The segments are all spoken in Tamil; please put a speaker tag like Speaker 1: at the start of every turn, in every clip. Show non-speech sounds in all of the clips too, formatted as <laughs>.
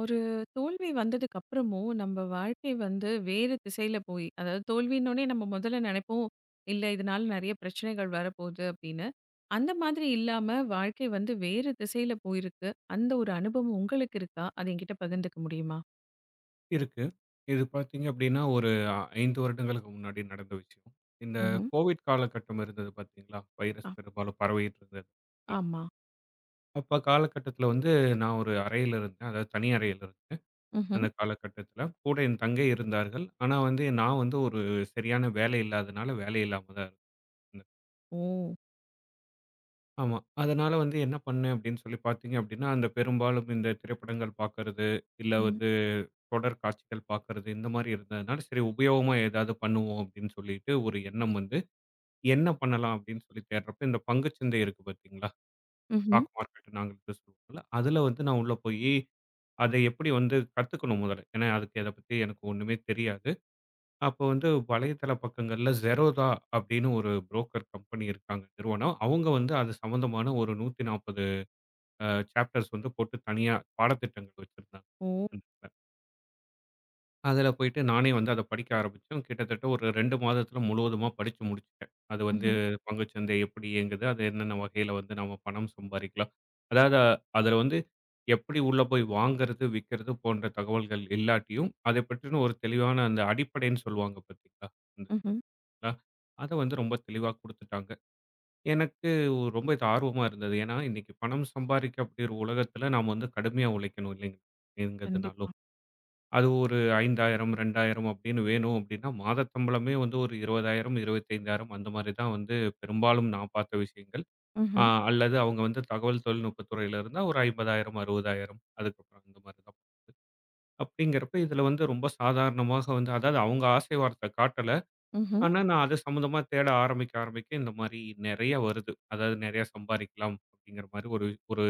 Speaker 1: ஒரு தோல்வி வந்ததுக்கு அப்புறமும் நம்ம வாழ்க்கை வந்து வேறு திசையில போய், அதாவது தோல்வின்னொடனே நம்ம முதல்ல நினைப்போம் இல்ல இதனால நிறைய பிரச்சனைகள் வரப்போகுது அப்படின்னு. அந்த மாதிரி இல்லாம வாழ்க்கை வந்து வேறு திசையில போயிருக்கு. அந்த ஒரு அனுபவம் உங்களுக்கு இருக்கா? அதை என்கிட்ட பகிர்ந்துக்க முடியுமா?
Speaker 2: இருக்கு. இது பார்த்தீங்க அப்படின்னா, ஒரு 5 வருடங்களுக்கு முன்னாடி நடந்த விஷயம். இந்த
Speaker 1: ம்ஹும்.
Speaker 2: கோவிட் காலகட்டம் இருந்தது பார்த்தீங்களா?
Speaker 1: ஆ,
Speaker 2: வைரஸ் பெரும்பாலும் பரவிட்டு இருந்தது. இல்ல.
Speaker 1: ஆமா.
Speaker 2: அப்ப காலகட்டத்தில வந்து நான் ஒரு அறையில இருந்தேன். அதாவது தனி அறையில இருந்தேன்.
Speaker 1: ம்.
Speaker 2: அந்த காலகட்டத்தில. கூட என் தங்கை இருந்தார்கள். ஆனா வந்து நான் வந்து ஒரு சரியான வேலை இல்லாதனால, வேலை இல்லாம தான் இருந்தேன்.
Speaker 1: ஓ.
Speaker 2: ஆமா. அதனால வந்து என்ன பண்ணேன் அப்படின்னு சொல்லி பார்த்தீங்க அப்படின்னா, அந்த பெரும்பாலும் இந்த திரைப்படங்கள் பார்க்கறது, இல்ல
Speaker 1: ம்ஹும்.
Speaker 2: வந்து தொடர் காட்சிகள் பார்க்கறது இந்த மாதிரி இருந்ததுனால, சரி உபயோகமா ஏதாவது பண்ணுவோம் அப்படின்னு சொல்லிட்டு ஒரு எண்ணம் வந்து, என்ன பண்ணலாம் அப்படின்னு சொல்லி தேடுறப்ப, இந்த பங்குச்சந்தை இருக்கு பார்த்தீங்களா?
Speaker 1: ம்ஹும்.
Speaker 2: ஸ்டாக் மார்க்கெட் நாங்க இதுக்கு சொல்லுவோம்ல, அதுல வந்து நான் உள்ள போயி, அதை எப்படி வந்து கத்துக்கணும் முதல்ல. ஏன்னா அதுக்கு இத பத்தி எனக்கு ஒண்ணுமே தெரியாது. அப்போ வந்து வலைதள பக்கங்கள்ல Zerodha அப்படின்னு ஒரு புரோக்கர் கம்பெனி இருக்காங்க, நிறுவனம். அவங்க வந்து அது சம்மந்தமான ஒரு 140 சாப்டர்ஸ் வந்து போட்டு தனியா பாடத்திட்டங்கள் வச்சிருந்தாங்க.
Speaker 1: ஓ.
Speaker 2: அதுல போயிட்டு நானே வந்து அத படிக்க ஆரம்பிச்சேன். கிட்டத்தட்ட ஒரு 2 மாதத்துல முழுவதுமா படிச்சு முடிச்சுட்டேன். அது வந்து
Speaker 1: ம்ஹும்.
Speaker 2: பங்குச்சந்தை எப்படி இயங்குது? அது என்னென்ன வகையில வந்து நம்ம பணம் சம்பாரிக்கலாம்? அதாவது அதுல வந்து எப்படி உள்ள போய் வாங்குறது, விக்கிறது போன்ற தகவல்கள் இல்லாட்டியும், அதைப் பற்றின ஒரு தெளிவான அந்த அடிப்படைன்னு சொல்லுவாங்க பார்த்தீங்களா?
Speaker 1: ம்ஹும்.
Speaker 2: அந்ததுல அத வந்து ரொம்ப தெளிவா குடுத்துட்டாங்க. எனக்கு ரொம்ப இது ஆர்வமா இருந்தது. ஏன்னா, இன்னைக்கு பணம் சம்பாரிக்கக்கூடிய ஒரு உலகத்துல நாம வந்து கடுமையா உழைக்கணும் இல்லைங்களா?
Speaker 1: கண்டிப்பா.
Speaker 2: எங்கதுனாலும். அது ஒரு 5,000 2,000 அப்படின்னு வேணும் அப்படின்னா, மாதச் சம்பளமே வந்து ஒரு 20,000 25,000 அந்த மாரி தான் வந்து பெரும்பாலும் நான் பார்த்த விஷயங்கள். அ
Speaker 1: ம்ஹும்.
Speaker 2: அல்லது அவங்க வந்து தகவல் தொழில்நுட்பத் துறையில இருந்தா ஒரு 50,000 60,000 அதுக்கப்புறம் அந்த மாரி தான். அப்படிங்கிறப்ப இதுல வந்து ரொம்ப சாதாரணமாக வந்து அதாவது அவங்க ஆசை வார்த்தை காட்டல.
Speaker 1: ம்ஹும்.
Speaker 2: ஆனா, நான் அது சம்பந்தமா தேட ஆரம்பிக்க, ஆரம்பிக்க இந்த மாரி நெறைய வருது. அதாவது நெறைய சம்பாரிக்கலாம் அப்படிங்கிற மாரி ஒரு ஒரு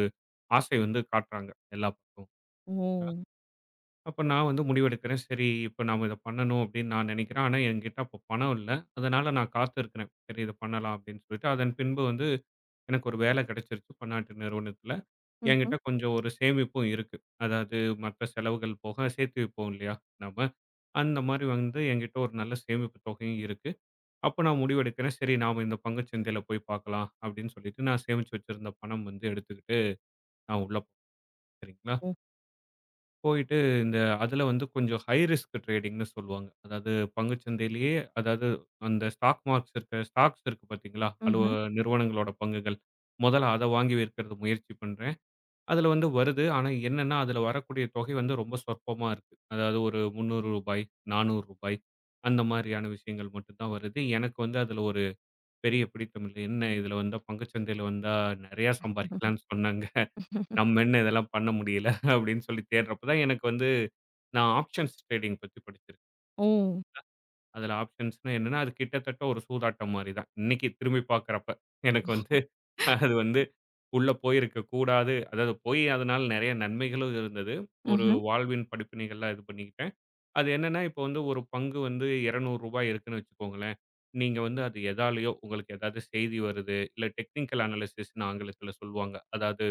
Speaker 2: ஆசை வந்து காட்டுறாங்க எல்லா பக்கமும்.
Speaker 1: ஓ.
Speaker 2: அப்ப நான் வந்து முடிவெடுக்கிறேன். சரி, இப்ப நாம இத பண்ணணும் அப்படின்னு நான் நினைக்கிறேன். ஆனா, என்கிட்ட அப்ப பணம் இல்ல. அதனால நான் காத்திருக்கிறேன். சரி இத பண்ணலாம் அப்படின்னு சொல்லிட்டு, அதன் பின்பு வந்து எனக்கு ஒரு வேலை கிடைச்சிருச்சு பன்னாட்டு நிறுவனத்தில. என்கிட்ட
Speaker 1: ம்ஹும்.
Speaker 2: கொஞ்சம் ஒரு சேமிப்பும் இருக்கு. அதாவது மற்ற செலவுகள் போக சேர்த்து வைப்போம் இல்லையா நாம. அந்த மாரி வந்து என்கிட்ட ஒரு நல்ல சேமிப்பு தொகையும் இருக்கு. அப்ப நான் முடிவெடுக்கிறேன். சரி நாம இந்த பங்குச்சந்தையில போய் பார்க்கலாம் அப்படின்னு சொல்லிட்டு, நான் சேமிச்சு வச்சிருந்த பணம் வந்து எடுத்துக்கிட்டு நான் உள்ள சரிங்களா?
Speaker 1: ஓ.
Speaker 2: போயிட்டு இந்த அதில வந்து கொஞ்சம் ஹை ரிஸ்க் ட்ரேடிங்ன்னு சொல்லுவாங்க. அதாவது பங்குச்சந்தையிலேயே அதாவது அந்த ஸ்டாக் மார்க்ஸ் இருக்க ஸ்டாக்ஸ் இருக்கு பார்த்தீங்களா?
Speaker 1: ம்ஹும்.
Speaker 2: நிறுவனங்களோட பங்குகள். முதல்ல அத வாங்கி விற்கிறது முயற்சி பண்றேன். அதில வந்து வருது. ஆனா என்னன்னா, அதில வரக்கூடிய தொகை வந்து ரொம்ப சொற்பமா இருக்கு. அதாவது ஒரு ரூ. 300 ரூ. 400 அந்த மாரியான விஷயங்கள் மட்டும் தான் வருது. எனக்கு வந்து அதில ஒரு பெரிய பிடித்தம் இல்லை. என்ன இதில வந்தா பங்குச்சந்தையில வந்தா நெறையா
Speaker 1: ம்ஹும்.
Speaker 2: சம்பாரிக்கலாம்ன்னு சொன்னாங்க. நம்ம என்ன இதெல்லாம் பண்ண முடியல அப்படின்னு சொல்லி தேடுறப்ப தான் எனக்கு வந்து நான் ஆப்ஷன்ஸ் ட்ரேடிங் பத்தி படிச்சிருக்கேன்.
Speaker 1: ஓ.
Speaker 2: அதுல ஆப்ஷன்ஸ்னா என்னன்னா, அது கிட்டத்தட்ட ஒரு சூதாட்டம் மாரி தான். இன்னைக்கு திரும்பி பார்க்கிறப்ப, எனக்கு வந்து அது வந்து உள்ள போயிருக்கக் கூடாது. அதாவது போய் அதனால நெறைய நன்மைகளும் இருந்தது. ஒரு
Speaker 1: ம்ஹும்.
Speaker 2: வாழ்வின் படிப்பினைகள்லாம் இது பண்ணிக்கிட்டேன். அது என்னன்னா, இப்போ வந்து ஒரு பங்கு வந்து ரூ. 200 இருக்குன்னு வச்சுக்கோங்களேன். நீங்க வந்து அது எதாலயோ உங்களுக்கு ஏதாவது செய்தி வருது, இல்ல டெக்னிக்கல் அனாலிசிஸ்ன்னு ஆங்கிலத்துல சொல்லுவாங்க. அதாவது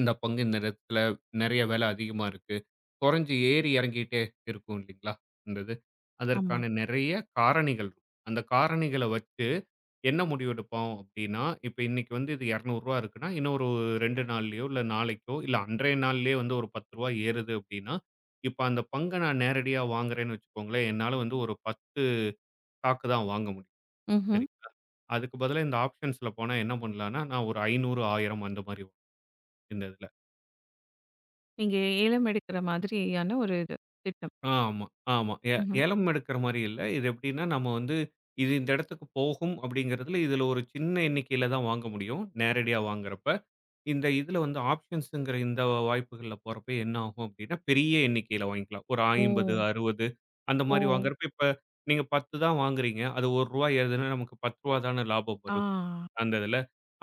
Speaker 2: இந்த பங்கு இந்த நேரத்துல நிறைய வேலை அதிகமா இருக்கு. குறைஞ்சு ஏறி இறங்கிட்டே இருக்கும் இல்லைங்களா? அந்த இது. அதற்கான நிறைய காரணிகள் இருக்கும். அந்த காரணிகள வச்சு என்ன முடிவெடுப்போம் அப்படின்னா, இப்ப இன்னைக்கு வந்து இது ரூ. 200 இருக்குன்னா, இன்னும் ஒரு 2 நாள்லயோ, இல்ல நாளைக்கோ, இல்ல அன்றைய நாள்லயே வந்து ஒரு ரூ. 10 ஏறுது அப்படின்னா, இப்ப அந்த பங்க நான் நேரடியா வாங்குறேன்னு வச்சுக்கோங்களேன், என்னால வந்து ஒரு 10 ஸ்டாக் தான் வாங்க முடியும்.
Speaker 1: ஆமா.
Speaker 2: சரிங்களா? அதுக்கு பதிலா இந்த ஆப்ஷன்ஸ்ல போனா என்ன பண்ணலாம்னா, நான் ஒரு 500, 1000 அந்த மாரி இந்த இதுல.
Speaker 1: நீங்க ஏலம் எடுக்கிற மாதிரியான ஒரு இது திட்டம்.
Speaker 2: ஆமா, ஆமா.
Speaker 1: ம்ஹ்ம்.
Speaker 2: ஏலம் எடுக்கிற மாரி இல்ல. இது எப்படின்னா, நம்ம வந்து இது இந்த இடத்துக்கு போகும் அப்படிங்கிறதுல, இதுல ஒரு சின்ன எண்ணிக்கையில தான் வாங்க முடியும். நேரடியா வாங்குறப்ப. இந்த இதுல வந்து ஆப்ஷன்ஸ்ங்கிற இந்த வாய்ப்புகள்ல போறப்ப என்ன ஆகும் அப்படின்னா, பெரிய எண்ணிக்கையில வாங்கிக்கலாம். ஒரு
Speaker 1: ஓ!
Speaker 2: 50, 60 அந்த
Speaker 1: ஓ!
Speaker 2: மாரி வாங்குறப்ப, இப்ப நீங்க 10 தான் வாங்குறீங்க. அது ரூ. 1 ஏறுதுன்னா, நமக்கு ரூ. 10 தான லாபம்
Speaker 1: ஆ.
Speaker 2: வரும். அந்த இதில.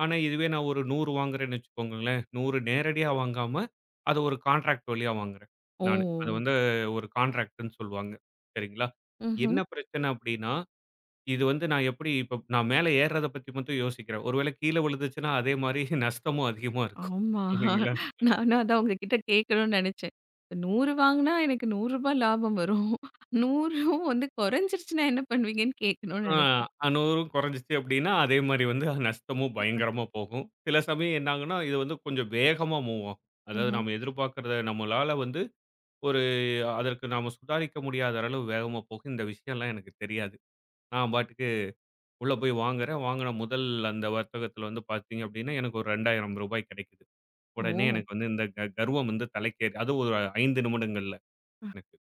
Speaker 2: ஆனா, இதுவே நான் ஒரு 100 வாங்குறேன்னு வச்சுக்கோங்களேன், 100 நேரடியா வாங்காம, அத ஒரு கான்ட்ராக்ட் வழியா வாங்குறேன்
Speaker 1: ஓ!
Speaker 2: நானு. அது வந்து ஒரு கான்ட்ராக்ட்ன்னு சொல்லுவாங்க. சரிங்களா? என்ன
Speaker 1: ம்ஹ்ம்.
Speaker 2: பிரச்சனை அப்டின்னா, இது வந்து நான் எப்டி இப்ப நான் மேல ஏர்றத பத்தி மட்டும் யோசிக்கிறேன். ஒருவேள கீழ விழுந்துச்சுன்னா, அதே மாரி நஷ்டமும் அதிகமா இருக்கும்.
Speaker 1: ஆமா.
Speaker 2: இல்லைங்களா?
Speaker 1: நானும் அதான் உங்ககிட்ட கேட்கணும்னு நெனச்சேன். 100 வாங்குனா எனக்கு ரூ. 100 லாபம் வரும். 100ம் வந்து குறைஞ்சிருச்சுன்னா என்ன பண்ணுவீங்கன்னு கேட்கணும்னு
Speaker 2: ஆ
Speaker 1: நெனச்சேன்.
Speaker 2: 100ம் குறைஞ்சுச்சு அப்டின்னா, அதே மாரி வந்து நஷ்டமும் பயங்கரமா போகும். சில சமயம் என்ன ஆகும்னா, இது வந்து கொஞ்சம் வேகமா மூவ் ஆகும். அதாவது
Speaker 1: ம்ஹ்ம்.
Speaker 2: நம்ம எதிர்பார்க்கிறத நம்மளால வந்து ஒரு அதற்கு நாம சுதாரிக்க முடியாத அளவு வேகமா போகும். இந்த விஷயம்லாம் எனக்கு தெரியாது. நான் பாட்டுக்கு உள்ள போய் வாங்குறேன். வாங்குன முதல் அந்த வர்த்தகத்துல வந்து பார்த்தீங்க அப்டின்னா, எனக்கு ஒரு ரூ. 2,000 கிடைக்குது. உடனே
Speaker 1: ஓ!
Speaker 2: எனக்கு வந்து இந்த கர்வம் வந்து தலைக்கேறி அது ஒரு 5 நிமிடங்கள்ல எனக்கு.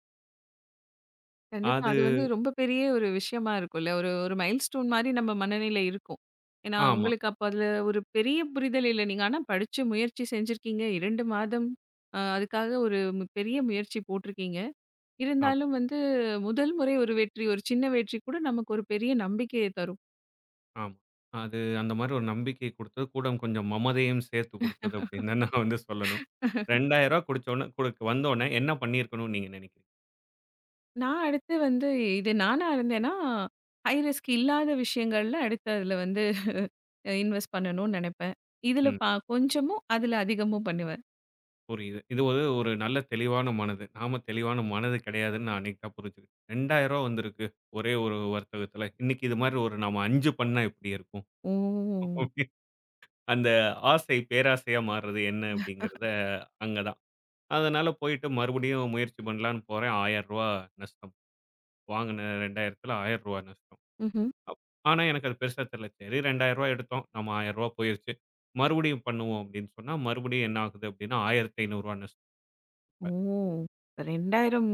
Speaker 1: கண்டிப்பா.
Speaker 2: அது
Speaker 1: அது வந்து ரொம்ப பெரிய ஒரு விஷயமா இருக்கும்ல. ஒரு ஒரு மைல்ஸ்டோன் மாரி நம்ம மனநிலை இருக்கும். ஏன்னா,
Speaker 2: ஆமா,
Speaker 1: உங்களுக்கு அப்ப அதுல ஒரு பெரிய புரிதல் இல்ல. நீங்க ஆனா படிச்சு முயற்சி செஞ்சிருக்கீங்க. 2 மாதம் அதுக்காக ஒரு பெரிய முயற்சி போட்டிருக்கீங்க.
Speaker 2: ஆமா,
Speaker 1: இருந்தாலும் வந்து முதல் முறை ஒரு வெற்றி, ஒரு சின்ன வெற்றி கூட நமக்கு ஒரு பெரிய நம்பிக்கைய தரும்.
Speaker 2: ஆமா. அது அந்த மாரி ஒரு நம்பிக்கை குடுத்தது. கூட கொஞ்சம் மமதையும் சேர்த்து குடுத்தது அப்டின்னு தான் நான் வந்து சொல்லணும். ரூ. 2,000 குடிச்ச உடனே வந்தோனே என்ன பண்ணியிருக்கணும்னு நீங்க நெனைக்கிறீங்க?
Speaker 1: நான் அடுத்து வந்து இது நானா இருந்தேன்னா, ஹை ரிஸ்க் இல்லாத விஷயங்கள்ல அடுத்து அதுல வந்து <laughs> இன்வெஸ்ட் பண்ணணும்னு நெனைப்பேன். இதுல
Speaker 2: ம்.
Speaker 1: கொஞ்சமும், அதுல அதிகமும் பண்ணுவேன்.
Speaker 2: புரியுது. இது ஒரு ஒரு நல்ல தெளிவான மனது. நாம தெளிவான மனது கிடையாதுன்னு நான் அன்னைக்கு தான் புரிஞ்சுக்கிட்டேன். ரூ. 2000 வந்திருக்கு. ஒரே ஒரு வர்த்தகத்துல. இன்னைக்கு இது மாரி ஒரு நாம 5 பண்ணா எப்படி இருக்கும்?
Speaker 1: ஓ!
Speaker 2: <laughs> அப்படி அந்த ஆசை பேராசையா மாறுறது என்ன அப்படிங்கிறத அங்க தான். அதனால போயிட்டு மறுபடியும் முயற்சி பண்ணலான்னு போறேன். ரூ. 1000 நஷ்டம். வாங்குன 2000த்துல ரூ. 1000 நஷ்டம்.
Speaker 1: ம்ஹ்ம்.
Speaker 2: அப் ஆனா எனக்கு அது பெருசா தெரியல. சரி ரூ. 2000 எடுத்தோம். நம்ம ரூ. 1000 போயிருச்சு. மறுபடியும் பண்ணுவோம் அப்படின்னு சொன்னா, மறுபடியும் என்ன ஆகுது அப்படின்னா, ரூ. 1500 நஷ்டம்.
Speaker 1: ஓ! 2000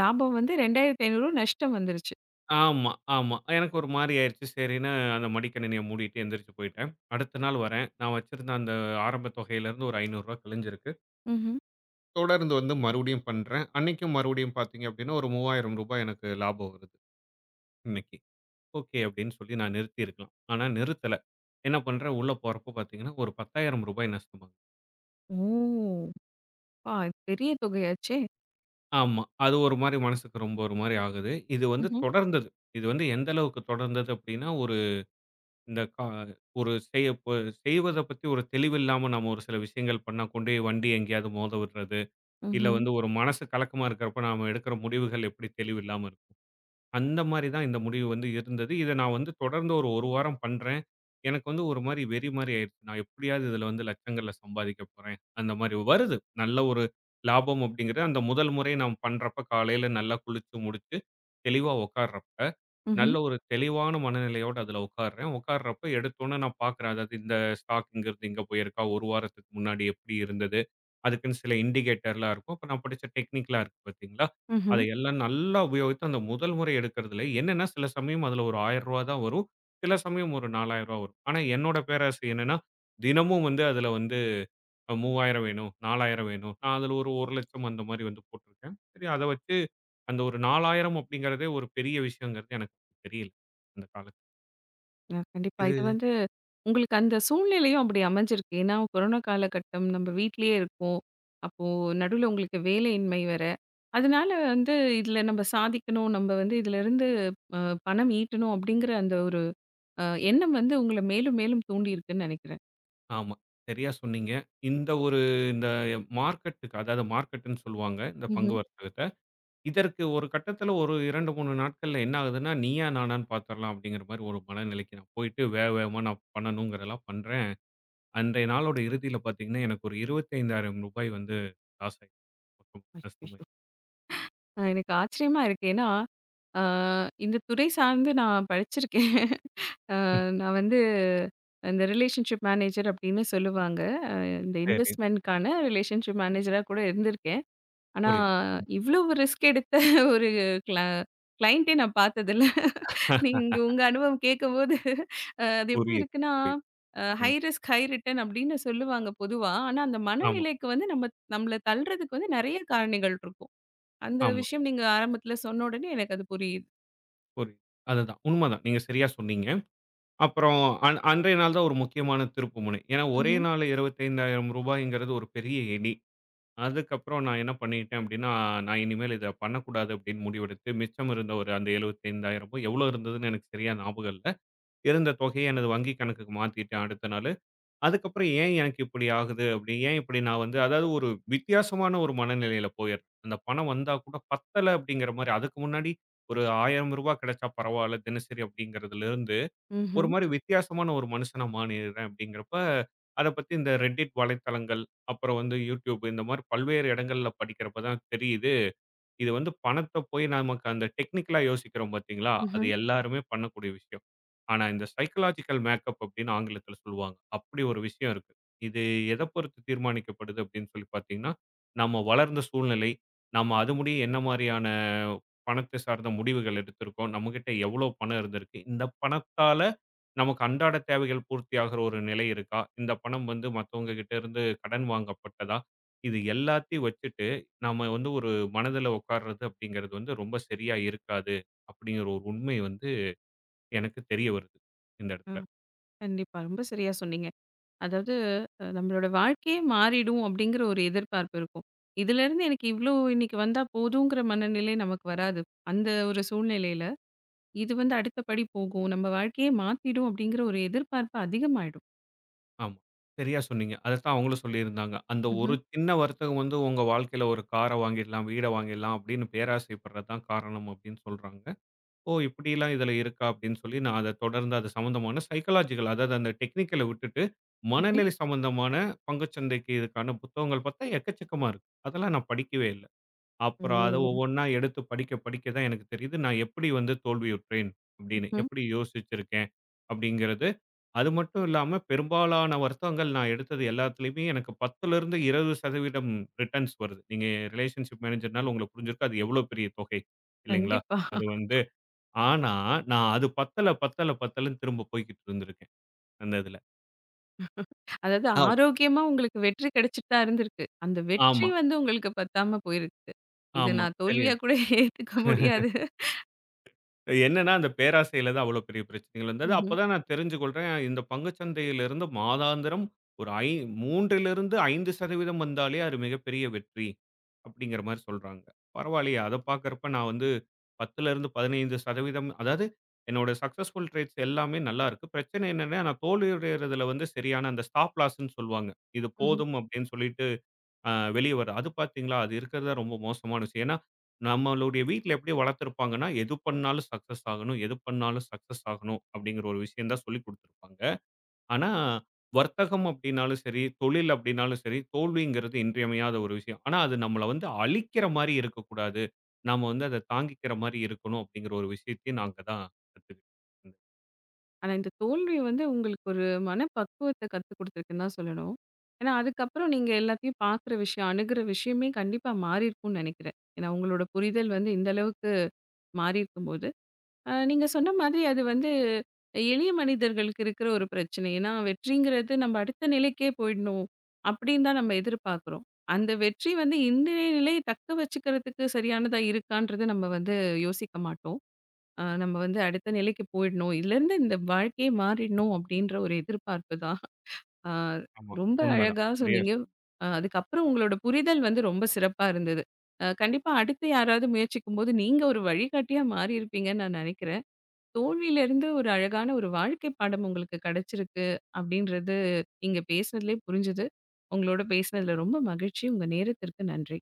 Speaker 1: லாபம் வந்து 2,500 நஷ்டம் வந்துருச்சு.
Speaker 2: ஆமா, ஆமா. எனக்கு ஒரு மாரி ஆயிருச்சு. சரின்னு அந்த மடிக்கணினிய மூடிட்டு எந்திரிச்சு போயிட்டேன். அடுத்த நாள் வரேன். நான் வச்சிருந்த அந்த ஆரம்ப தொகையிலிருந்து ஒரு ரூ. 500 கழிஞ்சிருக்கு.
Speaker 1: ம்ஹ்ம்.
Speaker 2: தொடர்ந்து வந்து மறுபடியும் பண்றேன். அன்னைக்கும் மறுபடியும் பார்த்தீங்க அப்டின்னா, ஒரு ரூ. 3000 எனக்கு லாபம் வருது இன்னைக்கு. ஓகே அப்டின்னு சொல்லி நான் நிறுத்தியிருக்கலாம். ஆனா நிறுத்தல. என்ன பண்றேன், உள்ள போறப்போ பார்த்தீங்கன்னா, ஒரு ரூ. 10,000 நஷ்டமாகுது.
Speaker 1: ஓ! அப்பா! பெரிய தொகையாச்சே!
Speaker 2: ஆமா. அது ஒரு மாரி மனசுக்கு ரொம்ப ஒரு மாரி ஆகுது. இது வந்து
Speaker 1: ம்ஹ்ம்.
Speaker 2: தொடர்ந்தது. இது வந்து எந்த அளவுக்கு தொடர்ந்தது அப்டின்னா இந்த ஒரு செய்ய செய்வத பத்தி ஒரு தெளிவில்லாம நாம ஒரு சில விஷயங்கள் பண்ணா கொண்டு போய் வண்டி எங்கேயாவது மோத விடுறது. இல்ல
Speaker 1: ம்ஹ்ம்.
Speaker 2: வந்து ஒரு மனசு கலக்கமா இருக்கிறப்ப நாம எடுக்கிற முடிவுகள் எப்படி தெளிவில்லாம இருக்கும். அந்த மாரி தான் இந்த முடிவு வந்து இருந்தது. இத நான் வந்து தொடர்ந்து ஒரு 1 வாரம் பண்றேன். எனக்கு வந்து ஒரு மாரி வெறி மாரி ஆயிருச்சு. நான் எப்படியாவது இதுல வந்து லட்சங்கள்ல சம்பாதிக்க போறேன். அந்த மாரி வருது. நல்ல ஒரு லாபம் அப்படிங்கிறது அந்த முதல் முறை நாம் பண்றப்ப காலையில நல்லா குளிச்சு முடிச்சு தெளிவா உட்கார்றப்ப.
Speaker 1: ம்ஹ்ம்.
Speaker 2: நல்ல ஒரு தெளிவான மனநிலையோட அதுல உட்கார்றேன். உட்கார்றப்ப எடுத்தோனே நான் பார்க்குறேன். அதாவது இந்த ஸ்டாக் இங்கருந்து இங்க போயிருக்கா, 1 வாரத்துக்கு முன்னாடி எப்படி இருந்தது? அதுக்குன்னு சில இண்டிகேட்டர்லாம் இருக்கும். அப்ப நான் படிச்ச டெக்னிக்லாம் இருக்கு பார்த்தீங்களா? அத
Speaker 1: ம்ஹ்ம்.
Speaker 2: எல்லாம் நல்லா உபயோகித்து அந்த முதல் முறை எடுக்கிறதுல என்னன்னா, சில சமயம் அதுல ஒரு ரூ. 1000 தான் வரும். சில சமயம் ஒரு ரூ. 4000 வரும். ஆனா என்னோட பேராசை என்னன்னா, தினமும் வந்து அதுல வந்து 3000 வேணும், 4000 வேணும். நான் அதுல ஒரு 1,00,000 அந்த மாரி வந்து போட்டிருக்கேன். சரி அத வச்சு அந்த ஒரு 4000 அப்படிங்கிறதே ஒரு பெரிய விஷயங்கிறது எனக்கு தெரியல. அந்த காலத்துல.
Speaker 1: கண்டிப்பா. இது
Speaker 2: இது
Speaker 1: வந்து உங்களுக்கு அந்த சூழ்நிலையும் அப்படி அமைஞ்சிருக்கு. ஏன்னா, கொரோனா காலகட்டம் நம்ம வீட்லயே இருக்கோம். அப்போ நடுவுல உங்களுக்கு வேலையின்மை வேற. அதனால வந்து இதில நம்ம சாதிக்கணும், நம்ம வந்து இதிலருந்து அ பணம் ஈட்டணும் அப்படிங்கிற அந்த ஒரு அ எண்ணம் வந்து உங்கள மேலும் மேலும் தூண்டியிருக்குன்னு நினைக்கிறேன்.
Speaker 2: ஆமா. சரியா சொன்னீங்க. இந்த ஒரு இந்த மார்க்கெட்டுக்கு அதாவது மார்க்கெட்டுன்னு சொல்லுவாங்க. இந்த பங்கு
Speaker 1: ம்ஹ்ம்.
Speaker 2: வர்த்தகத்த. இதற்கு ஒரு கட்டத்துல ஒரு 2, 3 நாட்கள்ல என்ன ஆகுதுன்னா, நீயா நானான்னு பாத்துரலாம் அப்படிங்கிற மாரி ஒரு மனநிலைக்கு நான் போயிட்டு வேக வேகமா நான் பண்ணணுங்கிறதெல்லாம் பண்றேன். அன்றைய நாளோட இறுதியில பாத்தீங்கன்னா, எனக்கு ஒரு ரூ. 25,000 வந்து லாஸ் ஆயிடுச்சு. மொத்தமா
Speaker 1: அச்சச்சோ!
Speaker 2: நஷ்டமாயிடுச்சு.
Speaker 1: எனக்கு ஆச்சரியமா இருக்கு. ஏன்னா, அ இந்த துறை சார்ந்து நான் படிச்சிருக்கேன். அ நான் வந்து இந்த ரிலேஷன்ஷிப் மேனேஜர் அப்படின்னு சொல்லுவாங்க. அ இந்த
Speaker 2: சரி.
Speaker 1: இன்வெஸ்ட்மெண்ட்க்கான ரிலேஷன்ஷிப் மேனேஜரா கூட இருந்திருக்கேன். ஆனா,
Speaker 2: புரியுது.
Speaker 1: இவ்வளவு ரிஸ்க் எடுத்த ஒரு கிளா கிளையண்ட்டே நான் பார்த்ததில்ல.
Speaker 2: <laughs>
Speaker 1: நீங்க உங்க அனுபவம் கேட்கும்போது அது எப்படி
Speaker 2: புரியுது,
Speaker 1: இருக்குன்னா,
Speaker 2: புரியுது.
Speaker 1: ஹை
Speaker 2: ம்.
Speaker 1: ரிஸ்க், ஹை ரிட்டர்ன் அப்படின்னு சொல்லுவாங்க பொதுவா. ஆனா, அந்த
Speaker 2: ஆமா,
Speaker 1: மனநிலைக்கு வந்து நம்மள தள்றதுக்கு வந்து நெறைய காரணிகள் இருக்கும். அந்த
Speaker 2: ஆமா.
Speaker 1: விஷயம் நீங்க ஆரம்பத்துல சொன்ன உடனே எனக்கு அது புரியுது.
Speaker 2: புரியுது. அதுதான். உண்மதான். நீங்க சரியா சொன்னீங்க. அப்புறம் அன்றைய நாள் தான் ஒரு முக்கியமான திருப்புமுனை. ஏன்னா ஒரே
Speaker 1: ம்ஹ்ம்.
Speaker 2: நாள்ல ரூ. 25,000 ஒரு பெரிய எணி. அதுக்கப்புறம் நான் என்ன பண்ணிட்டேன் அப்படின்னா, நான் இனிமேல் இத பண்ணக்கூடாது அப்படின்னு முடிவெடுத்து, மிச்சம் இருந்த ஒரு அந்த 75,000 எவ்வளோ இருந்ததுன்னு எனக்கு சரியா ஞாபகம் இல்ல. இருந்த தொகையை எனது வங்கி கணக்குக்கு மாத்திட்டேன் அடுத்த நாள். அதுக்கப்புறம் ஏன் எனக்கு இப்படி ஆகுது? அப்படி ஏன் இப்படி நான் வந்து அதாவது ஒரு வித்தியாசமான ஒரு மனநிலையில போயிடுறேன். அந்த பணம் வந்தா கூட பத்தல அப்படிங்கிற மாரி. அதுக்கு முன்னாடி ஒரு ரூ. 1000 கிடைச்சா பரவால்ல தினசரி அப்படிங்கிறதுலருந்து, ஒரு
Speaker 1: ம்ஹ்ம்.
Speaker 2: மாரி வித்தியாசமான ஒரு மனுஷனா மாறிடுறேன் அப்படிங்கிறப்ப, அத பத்தி இந்த Reddit வலைத்தளங்கள், அப்புறம் வந்து YouTube இந்த மாரி பல்வேறு இடங்கள்ல படிக்கிறப்ப தான் தெரியுது. இது வந்து பணத்த போய் நமக்கு அந்த டெக்னிக்கலா யோசிக்கிறோம் பார்த்தீங்களா? அது
Speaker 1: ம்ஹ்ம்.
Speaker 2: எல்லாருமே பண்ணக்கூடிய விஷயம். ஆனா, இந்த சைக்காலஜிக்கல் மேக்கப் அப்படின்னு ஆங்கிலத்தில சொல்லுவாங்க. அப்படி ஒரு விஷயம் இருக்கு. இது எத பொறுத்து தீர்மானிக்கப்படுது அப்படின்னு சொல்லி பார்த்தீங்கன்னா, நம்ம வளர்ந்த சூழ்நிலை, நம்ம அது முடிய என்ன மாரியான பணத்தை சார்ந்த முடிவுகள் எடுத்திருக்கோம், நம்மகிட்ட எவ்வளோ பணம் இருந்திருக்கு, இந்த பணத்தால நமக்கு அன்றாட தேவைகள் பூர்த்தியாகிற ஒரு நிலை இருக்கா? இந்த பணம் வந்து மத்தவங்க கிட்ட இருந்து கடன் வாங்கப்பட்டதா? இது எல்லாத்தையும் வச்சுட்டு நாம வந்து ஒரு மனதில உட்கார்றது அப்படிங்கிறது வந்து ரொம்ப சரியா இருக்காது, அப்படிங்கிற ஒரு உண்மை வந்து எனக்கு தெரிய வருது, இந்த
Speaker 1: ஆ.
Speaker 2: இடத்துல.
Speaker 1: கண்டிப்பா. ரொம்ப சரியா சொன்னீங்க. அதாவது நம்மளோட வாழ்க்கையே மாறிடும் அப்படிங்கிற ஒரு எதிர்பார்ப்பு இருக்கும். இதுலருந்து எனக்கு இவ்ளோ இன்னைக்கு வந்தா போதுங்கிற மனநிலை நமக்கு வராது. அந்த ஒரு சூழ்நிலையில, இது வந்து அடுத்த படி போகும். நம்ம வாழ்க்கையே மாத்திடும் அப்படிங்கிற ஒரு எதிர்பார்ப்பு அதிகமாயிடும்.
Speaker 2: ஆமா. சரியா சொன்னீங்க. அதத்தான் அவங்களும் சொல்லியிருந்தாங்க. அந்த ஒரு
Speaker 1: ம்ஹ்ம்.
Speaker 2: சின்ன வருத்தம் வந்து உங்க வாழ்க்கையில ஒரு கார வாங்கிடலாம், வீட வாங்கிடலாம் அப்படின்னு பேராசைப்படுறது தான் காரணம் அப்படின்னு சொல்றாங்க. ஓ! இப்படிலாம் இதில இருக்கா அப்படின்னு சொல்லி நான் அத தொடர்ந்து அது சம்மந்தமான சைக்காலஜிக்கல் அதாவது அந்த டெக்னிக்கல விட்டுட்டு,
Speaker 1: ம்ஹ்ம்.
Speaker 2: மனநிலை சம்மந்தமான பங்குச்சந்தைக்கு இதுக்கான புத்தகங்கள் பார்த்தா எக்கச்சக்கமா இருக்கு. அதெல்லாம் நான் படிக்கவே இல்ல. அப்புறம் அத
Speaker 1: ம்.
Speaker 2: ஒவ்வொன்னா எடுத்து படிக்க படிக்க தான் எனக்கு தெரியுது. நான் எப்படி வந்து தோல்வியுற்றேன் அப்படின்னு.
Speaker 1: ம்.
Speaker 2: எப்படி யோசிச்சிருக்கேன் அப்படிங்கிறது. அது மட்டும் இல்லாம பெரும்பாலான வருத்தங்கள் நான் எடுத்தது எல்லாத்துலயுமே எனக்கு 10லிருந்து 20% ரிட்டர்ன்ஸ் வருது. நீங்க ரிலேஷன்ஷிப் மேனேஜர்னால உங்களுக்கு புரிஞ்சிருக்கும். அது எவ்வளோ பெரிய தொகை இல்லைங்களா?
Speaker 1: கண்டிப்பா.
Speaker 2: அது வந்து ஆனா நான் அது பத்தல, பத்தல, பத்தலன்னு திரும்ப போய்க்கிட்டு இருந்திருக்கேன் அந்த இதுல.
Speaker 1: அதாவது
Speaker 2: ஆம்.
Speaker 1: ஆரோக்கியமா உங்களுக்கு வெற்றி கிடைச்சிட்டு தான் இருந்திருக்கு. அந்த வெற்றி
Speaker 2: ஆமா,
Speaker 1: வந்து உங்களுக்கு பத்தாம போயிருக்கு. இத
Speaker 2: ஆமா.
Speaker 1: நான்
Speaker 2: சரி
Speaker 1: தோல்வியா கூட <laughs> ஏத்துக்க முடியாது.
Speaker 2: என்னன்னா, அந்த பேராசையில தான் அவ்வளோ பெரிய பிரச்சனைகள் வந்தது.
Speaker 1: ம்ஹ்ம்.
Speaker 2: அப்பதான் நான் தெரிஞ்சு கொள்றேன், இந்த பங்குச் சந்தையிலிருந்து மாதாந்திரம் ஒரு 3 லிருந்து 5% வந்தாலே அது மிகப்பெரிய வெற்றி அப்படிங்கிற மாரி சொல்றாங்க. பரவாயில்லையே, அத பார்க்கிறப்ப நான் வந்து 10லிருந்து 15% அதாவது என்னோட சக்சஸ்ஃபுல் ட்ரேட்ஸ் எல்லாமே நல்லா இருக்கு. பிரச்சனை என்னன்னா, நான் தோல்வியடைறதுல வந்து சரியான அந்த ஸ்டாப் லாஸ்ன்னு சொல்லுவாங்க. இது
Speaker 1: ம்ஹ்ம்.
Speaker 2: போதும் அப்படின்னு சொல்லிட்டு அ வெளிய வரும். அது பார்த்தீங்களா, அது இருக்கிறது தான் ரொம்ப மோசமான விஷயம். ஏன்னா, நம்மளுடைய வீட்ல எப்படி வளர்த்துருப்பாங்கன்னா, எது பண்ணாலும் சக்சஸ் ஆகணும், எது பண்ணாலும் சக்சஸ் ஆகணும் அப்படிங்கிற ஒரு விஷயம் தான் சொல்லிக் குடுத்துருப்பாங்க. ஆனா, வர்த்தகம் அப்படின்னாலும் சரி, தொழில் அப்படின்னாலும் சரி, தோல்விங்கிறது இன்றியமையாத ஒரு விஷயம். ஆனா, அது நம்மள வந்து அழிக்கிற மாரி இருக்கக்கூடாது. நாம வந்து அத தாங்கிக்கிற மாரி இருக்கணும் அப்படிங்கிற ஒரு விஷயத்தையும் நாங்க தான் கத்துக்கிட்டோம்.
Speaker 1: ஆனா இந்த தோல்வி வந்து உங்களுக்கு ஒரு மனப்பக்குவத்த கத்துக் குடுத்துருக்குன்னு தான் சொல்லணும். ஏன்னா அதுக்கப்புறம் நீங்க எல்லாத்தையும் பார்க்குற விஷயம், அணுகுற விஷயமே கண்டிப்பா மாறியிருக்கும்னு நெனைக்கிறேன். ஏன்னா உங்களோட புரிதல் வந்து இந்த அளவுக்கு மாறியிருக்கும்போது நீங்க சொன்ன மாதிரி அது வந்து எளிய மனிதர்களுக்கு இருக்கிற ஒரு பிரச்சனை. ஏன்னா வெற்றிங்கிறது நம்ம அடுத்த நிலைக்கே போயிடணும் அப்படின்னு தான் நம்ம எதிர்பார்க்குறோம். அந்த வெற்றி வந்து இன்றைய நிலையை தக்க வச்சுக்கிறதுக்கு சரியானதா இருக்கான்றது நம்ம வந்து யோசிக்க மாட்டோம். நம்ம வந்து அடுத்த நிலைக்கு போயிடணும். இதுலேருந்து இந்த வாழ்க்கையே மாறிடணும் அப்படின்ற ஒரு எதிர்பார்ப்பு தான். அ
Speaker 2: ஆமா,
Speaker 1: ரொம்ப
Speaker 2: உண்மதான்.
Speaker 1: அழகா
Speaker 2: சரியா
Speaker 1: சொன்னீங்க. அதுக்கப்புறம் உங்களோட புரிதல் வந்து ரொம்ப சிறப்பா இருந்தது. கண்டிப்பா அடுத்து யாராவது முயற்சிக்கும்போது நீங்க ஒரு வழிகாட்டியா மாறியிருப்பீங்கன்னு நான் நினைக்கிறேன். தோல்வியிலிருந்து ஒரு அழகான ஒரு வாழ்க்கை பாடம் உங்களுக்கு கிடைச்சிருக்கு அப்படின்றது நீங்க பேசுனதிலே புரிஞ்சுது. உங்களோட பேசினதில ரொம்ப மகிழ்ச்சி. உங்க நேரத்திற்கு நன்றி.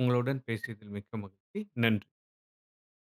Speaker 2: உங்களுடன் பேசியதில் மிக்க மகிழ்ச்சி. நன்றி.